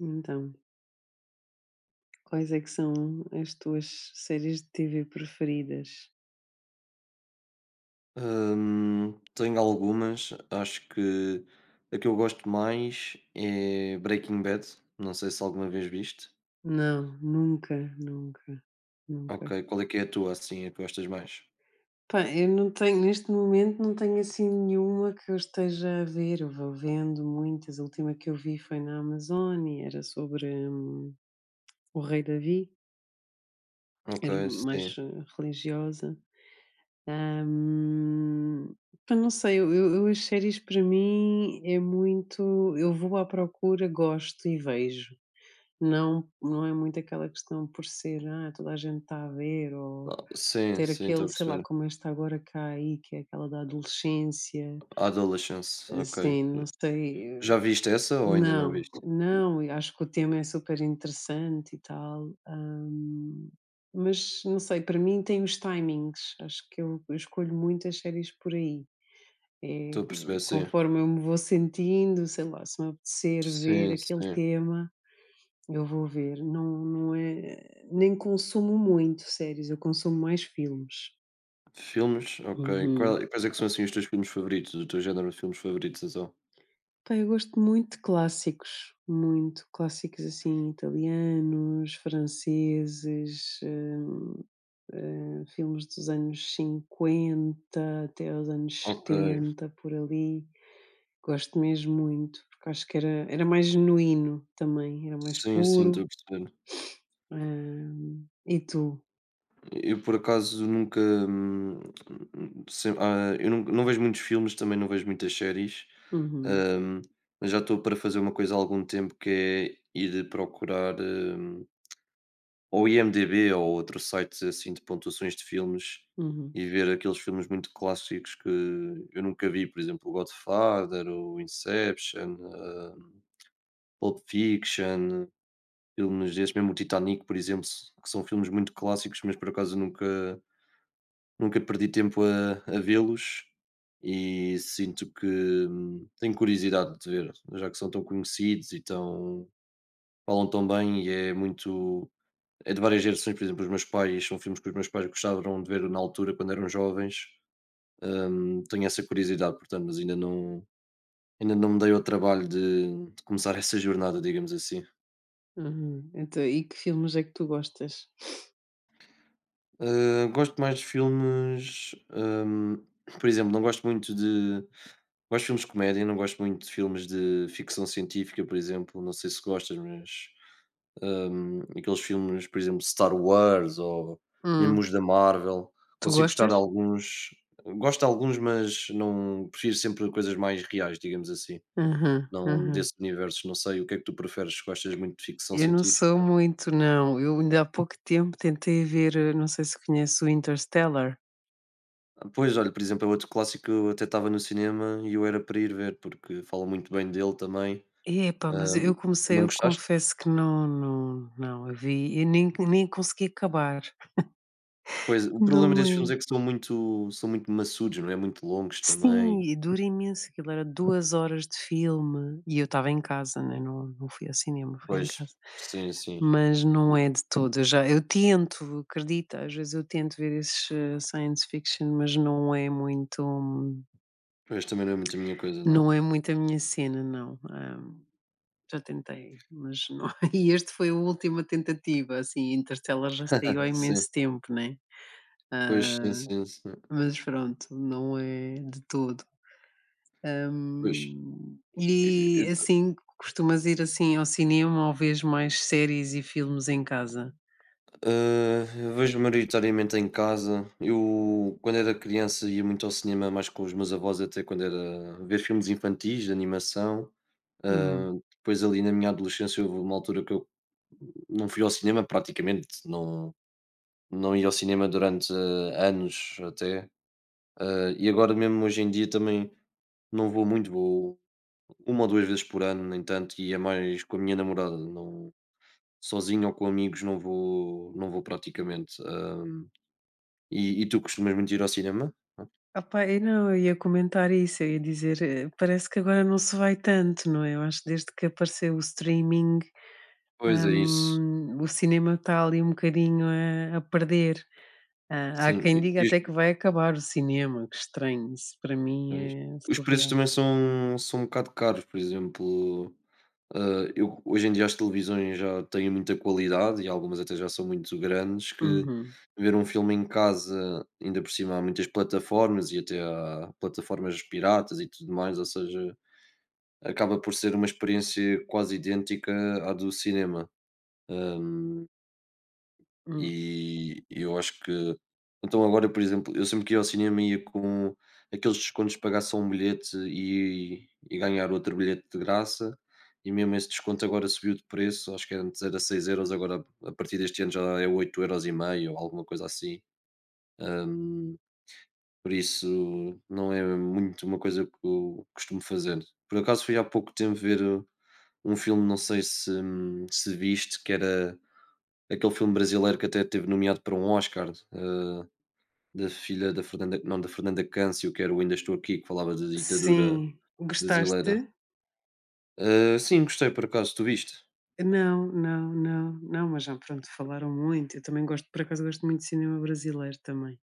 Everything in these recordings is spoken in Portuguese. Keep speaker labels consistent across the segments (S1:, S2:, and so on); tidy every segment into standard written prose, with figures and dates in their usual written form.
S1: Então, quais é que são as tuas séries de T V preferidas?
S2: Tenho algumas. Acho que a que eu gosto mais é Breaking Bad. Não sei se alguma vez viste.
S1: Não, nunca, nunca, nunca.
S2: Ok, qual é que é a tua, assim, a que gostas mais?
S1: Pá, eu não tenho, neste momento não tenho assim nenhuma que eu esteja a ver. Eu vou vendo muitas. A última que eu vi foi na Amazon e era sobre o rei Davi,
S2: Ok,
S1: era mais
S2: sim.
S1: religiosa. Hum, pá, não sei, eu as séries para mim é muito. Eu vou à procura, gosto e vejo. Não, não é muito aquela questão por ser: "Ah, toda a gente está a ver", ou
S2: Ah, sim,
S1: ter
S2: sim, estou
S1: aquele,
S2: a
S1: sei lá,
S2: perceber.
S1: como este agora cá aí, que é aquela da adolescência,
S2: Adolescence, ok.
S1: assim, não sei,
S2: Já viste essa ou ainda não
S1: não,
S2: viste?
S1: não, e acho que o tema é super interessante e tal, mas não sei, para mim tem os timings, acho que eu escolho muitas séries por aí, é
S2: Estou a perceber, sim.
S1: conforme eu me vou sentindo, sei lá, se me apetecer ver
S2: Sim,
S1: aquele
S2: sim.
S1: tema eu vou ver, não não é nem consumo muito séries, eu consumo mais filmes.
S2: Filmes, ok.
S1: Uhum.
S2: Quais é que são, assim, os teus filmes favoritos? O teu género de filmes favoritos, então?
S1: Pá, eu gosto muito de clássicos, muito. Clássicos, assim, italianos, franceses, hã filmes dos anos 50 até aos anos
S2: Ok.
S1: 70 por ali. Gosto mesmo muito, porque acho que era mais genuíno também, era mais
S2: Sim, sim, estou a
S1: puro.
S2: perceber.
S1: Hã, e tu?
S2: Eu por acaso nunca, sem ah, eu não vejo muitos filmes, também não vejo muitas séries,
S1: Uhum,
S2: hum, mas já estou para fazer uma coisa há algum tempo que é ir procurar, ou IMDb ou outro site assim de pontuações de filmes
S1: uhum.
S2: e ver aqueles filmes muito clássicos que eu nunca vi, por exemplo, o Godfather, o Inception, Pulp Fiction, filmes desses, mesmo o Titanic, por exemplo, que são filmes muito clássicos, mas por acaso nunca perdi tempo a vê-los e sinto que, tenho curiosidade de ver, já que são tão conhecidos e tão falam tão bem e é muito é de várias gerações, por exemplo, os meus pais são filmes que os meus pais gostavam de ver na altura quando eram jovens, tenho essa curiosidade, portanto, mas ainda não me dei ao trabalho de começar essa jornada, digamos assim.
S1: Uhum. Então, e que filmes é que tu gostas?
S2: Gosto mais de filmes, por exemplo, não gosto muito de. Gosto de filmes de comédia, não gosto muito de filmes de ficção científica, por exemplo, não sei se gostas, mas, aqueles filmes, por exemplo, Star Wars ou mesmo
S1: Hum,
S2: os da Marvel,
S1: tu
S2: consigo gostar
S1: gostas?
S2: de alguns. Gosto de alguns, mas não prefiro sempre coisas mais reais, digamos assim,
S1: Aham,
S2: não
S1: aham.
S2: desses universos. Não sei o que é que tu preferes, gostas muito de ficção
S1: Eu não sou
S2: científica?
S1: muito, não. Eu ainda há pouco tempo tentei ver, não sei se conhece o Interstellar.
S2: Ah, pois, olha, por exemplo, é outro clássico que eu até estava no cinema e eu era para ir ver, porque fala muito bem dele também.
S1: Epá, mas eu
S2: Hum,
S1: comecei,
S2: não
S1: eu
S2: gostaste?
S1: confesso que não, não, não, eu vi, eu nem, nem consegui acabar.
S2: Pois, o problema
S1: Não
S2: desses filmes
S1: é?
S2: é que são muito maçudos, não é, muito longos
S1: Sim,
S2: também.
S1: e dura imenso, aquilo era 2 horas de filme, e eu estava em casa, né, não não fui ao cinema, fui em
S2: Pois,
S1: casa.
S2: sim, sim.
S1: Mas não é de todo, eu já eu tento, acredita, às vezes eu tento ver esses, science fiction, mas não é muito
S2: Pois, também não é muito a minha coisa não.
S1: não é muito a minha cena não, já tentei, mas não e este foi a última tentativa, assim, Interstellar já saiu há
S2: Sim,
S1: imenso tempo, né,
S2: pois, sim, sim, sim.
S1: mas pronto, não é de todo.
S2: Pois, e
S1: E
S2: eu ta
S1: assim, costumas ir assim ao cinema ou vês mais séries e filmes em casa?
S2: eu vejo maioritariamente em casa. Eu, quando era criança, ia muito ao cinema mais com os meus avós, até quando era ver filmes infantis de animação.
S1: Hum.
S2: Depois ali na minha adolescência houve uma altura que eu não fui ao cinema praticamente, não ia ao cinema durante anos até. E agora mesmo hoje em dia também não vou muito, vou uma ou duas vezes por ano, nem tanto, e é mais com a minha namorada, não, sozinho ou com amigos não vou, não vou praticamente. E, e tu costumas muito ir ao cinema? Ah,
S1: Opá, eu não, eu ia comentar isso, eu ia dizer, parece que agora não se vai tanto, não é? Eu acho que desde que apareceu o streaming,
S2: pois é isso,
S1: o cinema está ali um bocadinho a perder. Ah, há
S2: sim.
S1: quem
S2: E,
S1: diga
S2: e
S1: até que vai acabar o cinema, que estranho, isso para mim
S2: os,
S1: é
S2: os preços
S1: surreal.
S2: também são, são um bocado caros, por exemplo, Ah, eu, hoje em dia as televisões já têm muita qualidade e algumas até já são muito grandes que
S1: Uhum,
S2: ver um filme em casa, ainda por cima há muitas plataformas e até há plataformas piratas e tudo mais, ou seja, acaba por ser uma experiência quase idêntica à do cinema.
S1: hum.
S2: E eu acho que então agora, por exemplo, eu sempre que ia ao cinema ia com aqueles descontos de pagar só um bilhete e ganhar outro bilhete de graça, e mesmo esse desconto agora subiu de preço, acho que antes era seis euros, agora a partir deste ano já é oito euros e meio ou alguma coisa assim. Hum, por isso não é muito uma coisa que eu costumo fazer. Por acaso fui há pouco tempo ver um filme, não sei se viste, que era aquele filme brasileiro que até teve nomeado para um Oscar, da filha da Fernanda, não, da Fernanda Câncio, que era o Ainda Estou Aqui, que falava da ditadura
S1: Sim,
S2: brasileira.
S1: gostaste?
S2: Ah, sim, gostei por acaso, tu viste?
S1: Não, não, não, não, mas já, pronto, falaram muito. Eu também gosto, por acaso gosto muito de cinema brasileiro também.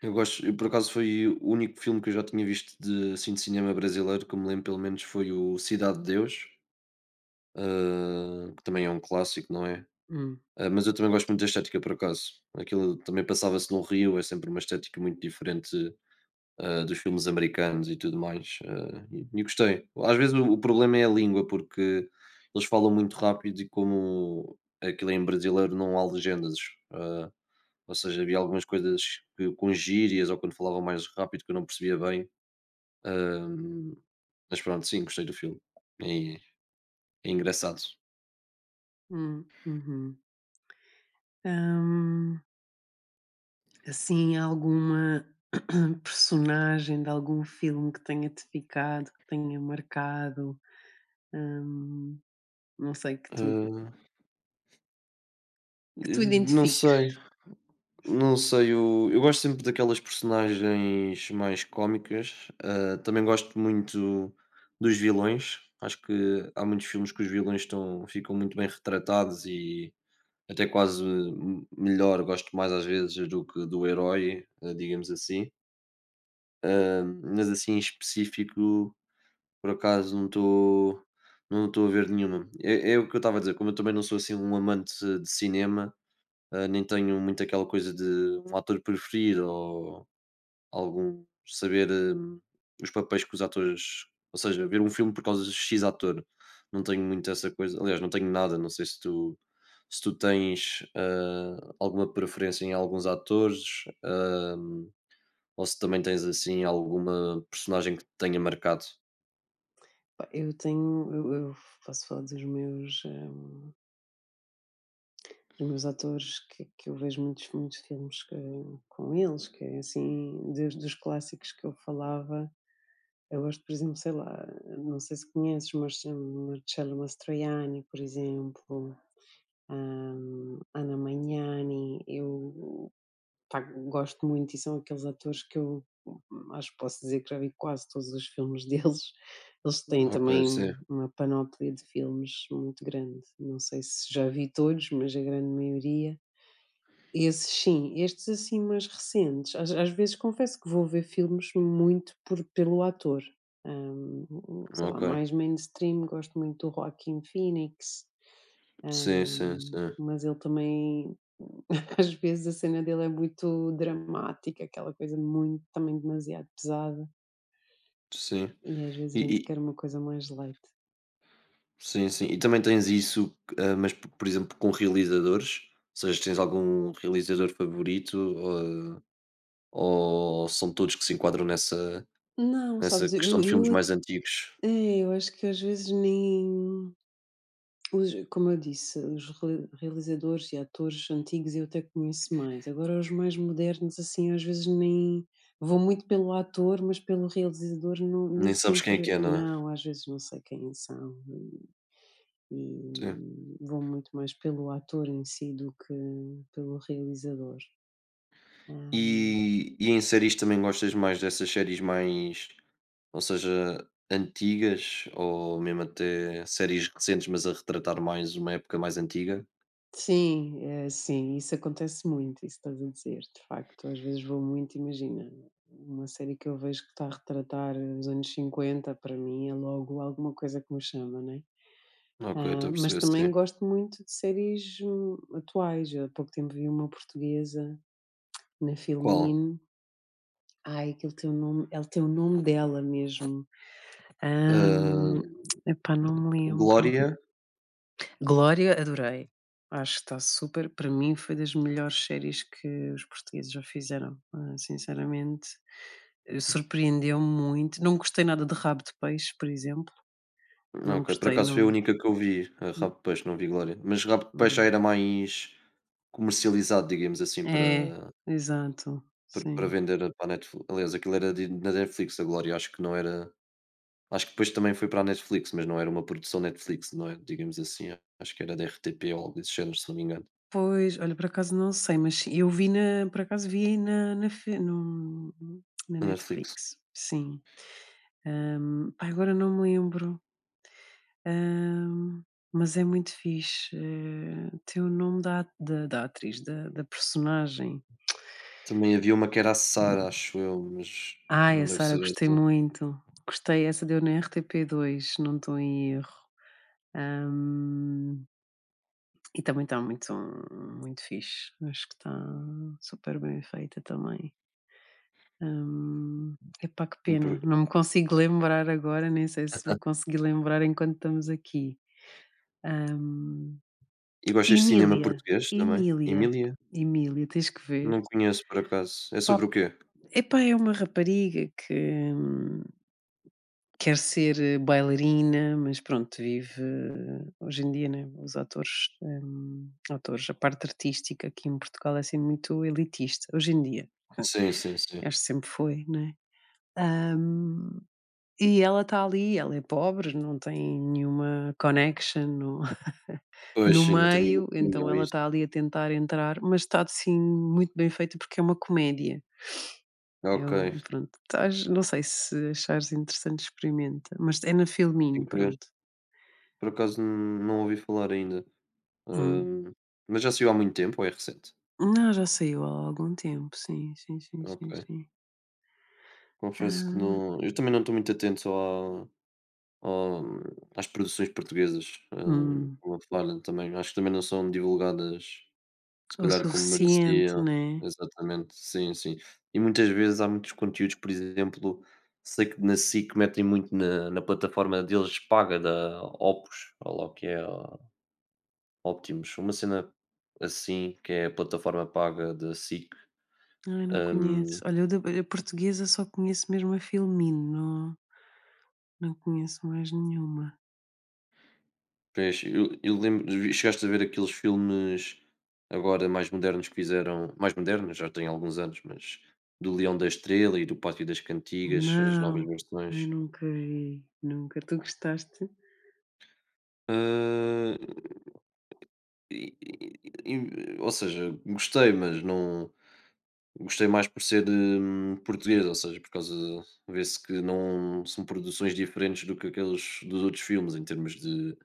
S2: Eu gosto, eu por acaso foi o único filme que eu já tinha visto de, assim, de cinema brasileiro, que eu me lembro pelo menos foi o Cidade de Deus, que também é um clássico, não é?
S1: Hum,
S2: Mas eu também gosto muito da estética por acaso. Aquilo também passava-se no Rio, é sempre uma estética muito diferente dos filmes americanos e tudo mais. E, e gostei. Às vezes o problema é a língua, porque eles falam muito rápido e como aquilo é em brasileiro não há legendas. ah, ou seja, havia algumas coisas que, com gírias ou quando falavam mais rápido que eu não percebia bem. Ahm, mas pronto, sim, gostei do filme. É, é engraçado.
S1: uhum. Hum, assim, alguma personagem de algum filme que tenha-te ficado, que tenha marcado, hum, não sei, que tu
S2: Ah,
S1: que
S2: eh,
S1: tu
S2: não
S1: identifiques?
S2: sei. Não sei, eu gosto sempre daquelas personagens mais cómicas. Também gosto muito dos vilões. Acho que há muitos filmes que os vilões estão, ficam muito bem retratados e até quase melhor. Gosto mais às vezes do que do herói, digamos assim. Mas assim em específico, por acaso não estou a ver nenhuma. É, é o que eu estava a dizer, como eu também não sou assim um amante de cinema, nem tenho muito aquela coisa de um ator preferido ou algum saber, os papéis que os atores, ou seja, ver um filme por causa de X ator, não tenho muito essa coisa, aliás, não tenho nada, não sei se tu tens, alguma preferência em alguns atores, ou se também tens, assim, alguma personagem que te tenha marcado?
S1: Pá, eu tenho eu posso falar dos meus atores que eu vejo muitos, muitos filmes que- com eles, que é assim, desde os clássicos que eu falava, eu gosto, por exemplo, sei lá, não sei se conheces, mas Marcello Mastroianni, por exemplo, Ana Magnani, eu pá, gosto muito e são aqueles atores que eu acho que posso dizer que já vi quase todos os filmes deles. Eles têm
S2: Ok,
S1: também
S2: sim,
S1: um- uma panóplia de filmes muito grande. Não sei se já vi todos, mas a grande maioria. Esses sim, estes assim mais recentes, às vezes confesso que vou ver filmes muito por pelo ator, sei lá,
S2: ok.
S1: mais mainstream, gosto muito do Joaquin Phoenix,
S2: Sim, sim, sim,
S1: mas ele também às vezes a cena dele é muito dramática, aquela coisa muito também demasiado pesada,
S2: sim.
S1: e às vezes
S2: E
S1: a gente
S2: e
S1: quer uma coisa mais light.
S2: sim, sim. E também tens isso, mas, por exemplo, com realizadores? Ou seja, tens algum realizador favorito? Ou são todos que se enquadram nessa
S1: Não,
S2: nessa
S1: sabes,
S2: questão de filmes
S1: eu a
S2: mais antigos?
S1: é, eu acho que às vezes nem os, como eu disse, os realizadores e atores antigos eu até conheço mais. Agora, os mais modernos, assim, às vezes nem. Vou muito pelo ator, mas pelo realizador não, nem
S2: Nem sabes quem é que
S1: sempre.
S2: é, não é?
S1: Não, às vezes não sei quem são.
S2: Sim.
S1: E vou muito mais pelo ator em si do que pelo realizador.
S2: E em séries também gostas mais dessas séries mais, ou seja, antigas ou mesmo até séries recentes, mas a retratar mais uma época mais antiga?
S1: Sim, sim, isso acontece muito, isso estás a dizer, de facto. Às vezes vou muito, imagina, uma série que eu vejo que está a retratar os anos 50 para mim é logo alguma coisa que me chama, né?
S2: Ok,
S1: Ah,
S2: estou a
S1: mas
S2: perceber,
S1: também
S2: sim.
S1: gosto muito de séries atuais. Há pouco tempo vi uma portuguesa na
S2: Qual?
S1: Filmin. Ai, aquele teu nome, é o teu nome dela mesmo. Ahm,
S2: Hã,
S1: epá, não me lembro.
S2: Glória?
S1: Glória, adorei. Acho que está super para mim foi das melhores séries que os portugueses já fizeram, ah, sinceramente, surpreendeu-me muito. Não gostei nada de Rabo de Peixe, por exemplo, não
S2: Ok, por
S1: gostei,
S2: acaso foi a
S1: não.
S2: única que eu vi, a Rabo de Peixe, não vi Glória. Mas Rabo de Peixe já
S1: Mm-mm.
S2: era mais comercializado, digamos assim,
S1: É,
S2: para.
S1: exato,
S2: Para
S1: sim.
S2: vender para a Netflix. Aliás, aquilo era de na Netflix, a Glória, acho que não era, acho que depois também foi para a Netflix, mas não era uma produção Netflix, não é, digamos assim, acho que era da RTP ou algo desse género, se não me engano,
S1: Pois, olha, por acaso não sei, mas sim, eu vi na por acaso vi na na fi no na
S2: da Netflix.
S1: Netflix, sim. Pá, agora não me lembro. Hã, mas é muito fixe, tem o nome da a da da atriz, da da personagem.
S2: Também havia uma que era a Sara, acho eu, mas
S1: Ai, a
S2: não deve
S1: Sara
S2: ser
S1: gostei
S2: essa.
S1: muito, gostei, essa deu na RTP2, se não estou em erro. Hã, e também está muito fixe, acho que está super bem feita também. Hã, epá, que
S2: E por
S1: pena, não me consigo lembrar agora, nem sei se vou conseguir lembrar enquanto estamos aqui.
S2: e gostas de cinema
S1: Emília,
S2: português também?
S1: Emília.
S2: Emília?
S1: Emília, tens que ver.
S2: Não conheço, por acaso. É
S1: Pá,
S2: sobre o quê?
S1: epá, é uma rapariga que, hum, quer ser, bailarina, mas pronto, vive hoje em dia, né, os atores, atores, a parte artística aqui em Portugal é assim muito elitista, hoje em dia,
S2: Sim, sim, sim.
S1: acho que sempre foi, né. Hum, e ela está ali, ela é pobre, não tem nenhuma connection, não
S2: Pois
S1: no
S2: sim, não tenho uma
S1: meio, então
S2: opinião a
S1: ela
S2: isso.
S1: está ali a tentar entrar, mas está assim muito bem feito porque é uma comédia.
S2: Ok,
S1: Eu pronto, estás não sei se achares interessante experimenta, mas é na Filmin,
S2: tenho que ver.
S1: pronto.
S2: Por acaso não ouvi falar ainda.
S1: Hum.
S2: Hum, mas já saiu há muito tempo ou é recente?
S1: Não, já saiu há algum tempo, sim, sim, sim, sim,
S2: Ok.
S1: sim.
S2: Confesso que
S1: Ah,
S2: não. Eu também não estou muito atento ao- às produções portuguesas.
S1: hum,
S2: Como a falar também. Acho que também não são divulgadas, se
S1: o
S2: calhar, como merecia.
S1: suficiente, né.
S2: Exatamente, sim, sim. E muitas vezes há muitos conteúdos, por exemplo, sei que na SIC metem muito na plataforma deles paga da Opus, ou lá o que é, a Optimus, uma cena assim, que é a plataforma paga da SIC.
S1: Ai, não conheço.
S2: hum,
S1: Olha, eu da eu portuguesa só conheço mesmo a Filmin, não não conheço mais nenhuma.
S2: Pois, chegaste a ver aqueles filmes agora mais modernos que fizeram mais modernos, já têm alguns anos, mas do Leão da Estrela e do Pátio das Cantigas, as novas
S1: Não, ai
S2: versões.
S1: nunca vi, nunca. Tu gostaste?
S2: Hã, e ou seja, gostei, mas não. Gostei mais por ser, português, ou seja, por causa, vê-se que não são produções diferentes do que aqueles dos outros filmes em termos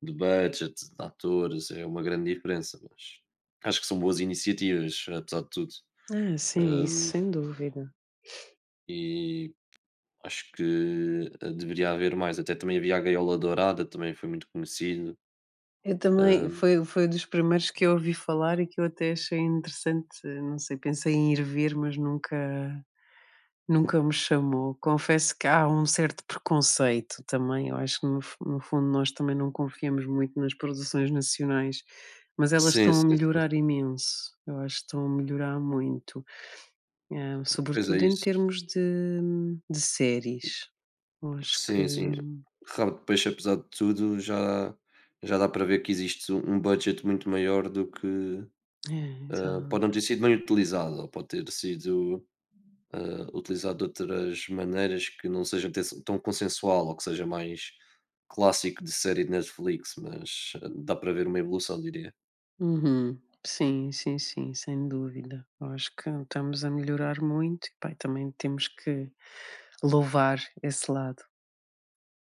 S2: de budget, de atores, é uma grande diferença, mas acho que são boas iniciativas, apesar de tudo.
S1: Ah, sim, isso
S2: Hum,
S1: sem dúvida.
S2: e acho que, deveria haver mais, até também havia a Gaiola Dourada, também foi muito conhecido.
S1: Eu também,
S2: Hum,
S1: foi dos primeiros que eu ouvi falar e que eu até achei interessante, não sei, pensei em ir ver, mas nunca nunca me chamou. Confesso que há um certo preconceito também, eu acho que no fu no fundo nós também não confiamos muito nas produções nacionais, mas elas
S2: sim,
S1: estão a
S2: sim, sim.
S1: melhorar imenso, eu acho que estão a melhorar muito,
S2: Pois é
S1: sobretudo em
S2: isso.
S1: termos de séries. Eu acho que
S2: Sim, sim. Rabo de Peixe, apesar de tudo, já dá para ver que existe um budget muito maior do que,
S1: é,
S2: pode não
S1: exato.
S2: ter sido bem utilizado, ou pode ter sido, utilizado de outras maneiras que não seja tec tão consensual, ou que seja mais clássico de série de Netflix, mas dá para ver uma evolução, diria.
S1: Uhum. Sim, sim, sim, sem dúvida. Eu acho que estamos a melhorar muito e, pá, e também temos que louvar esse lado.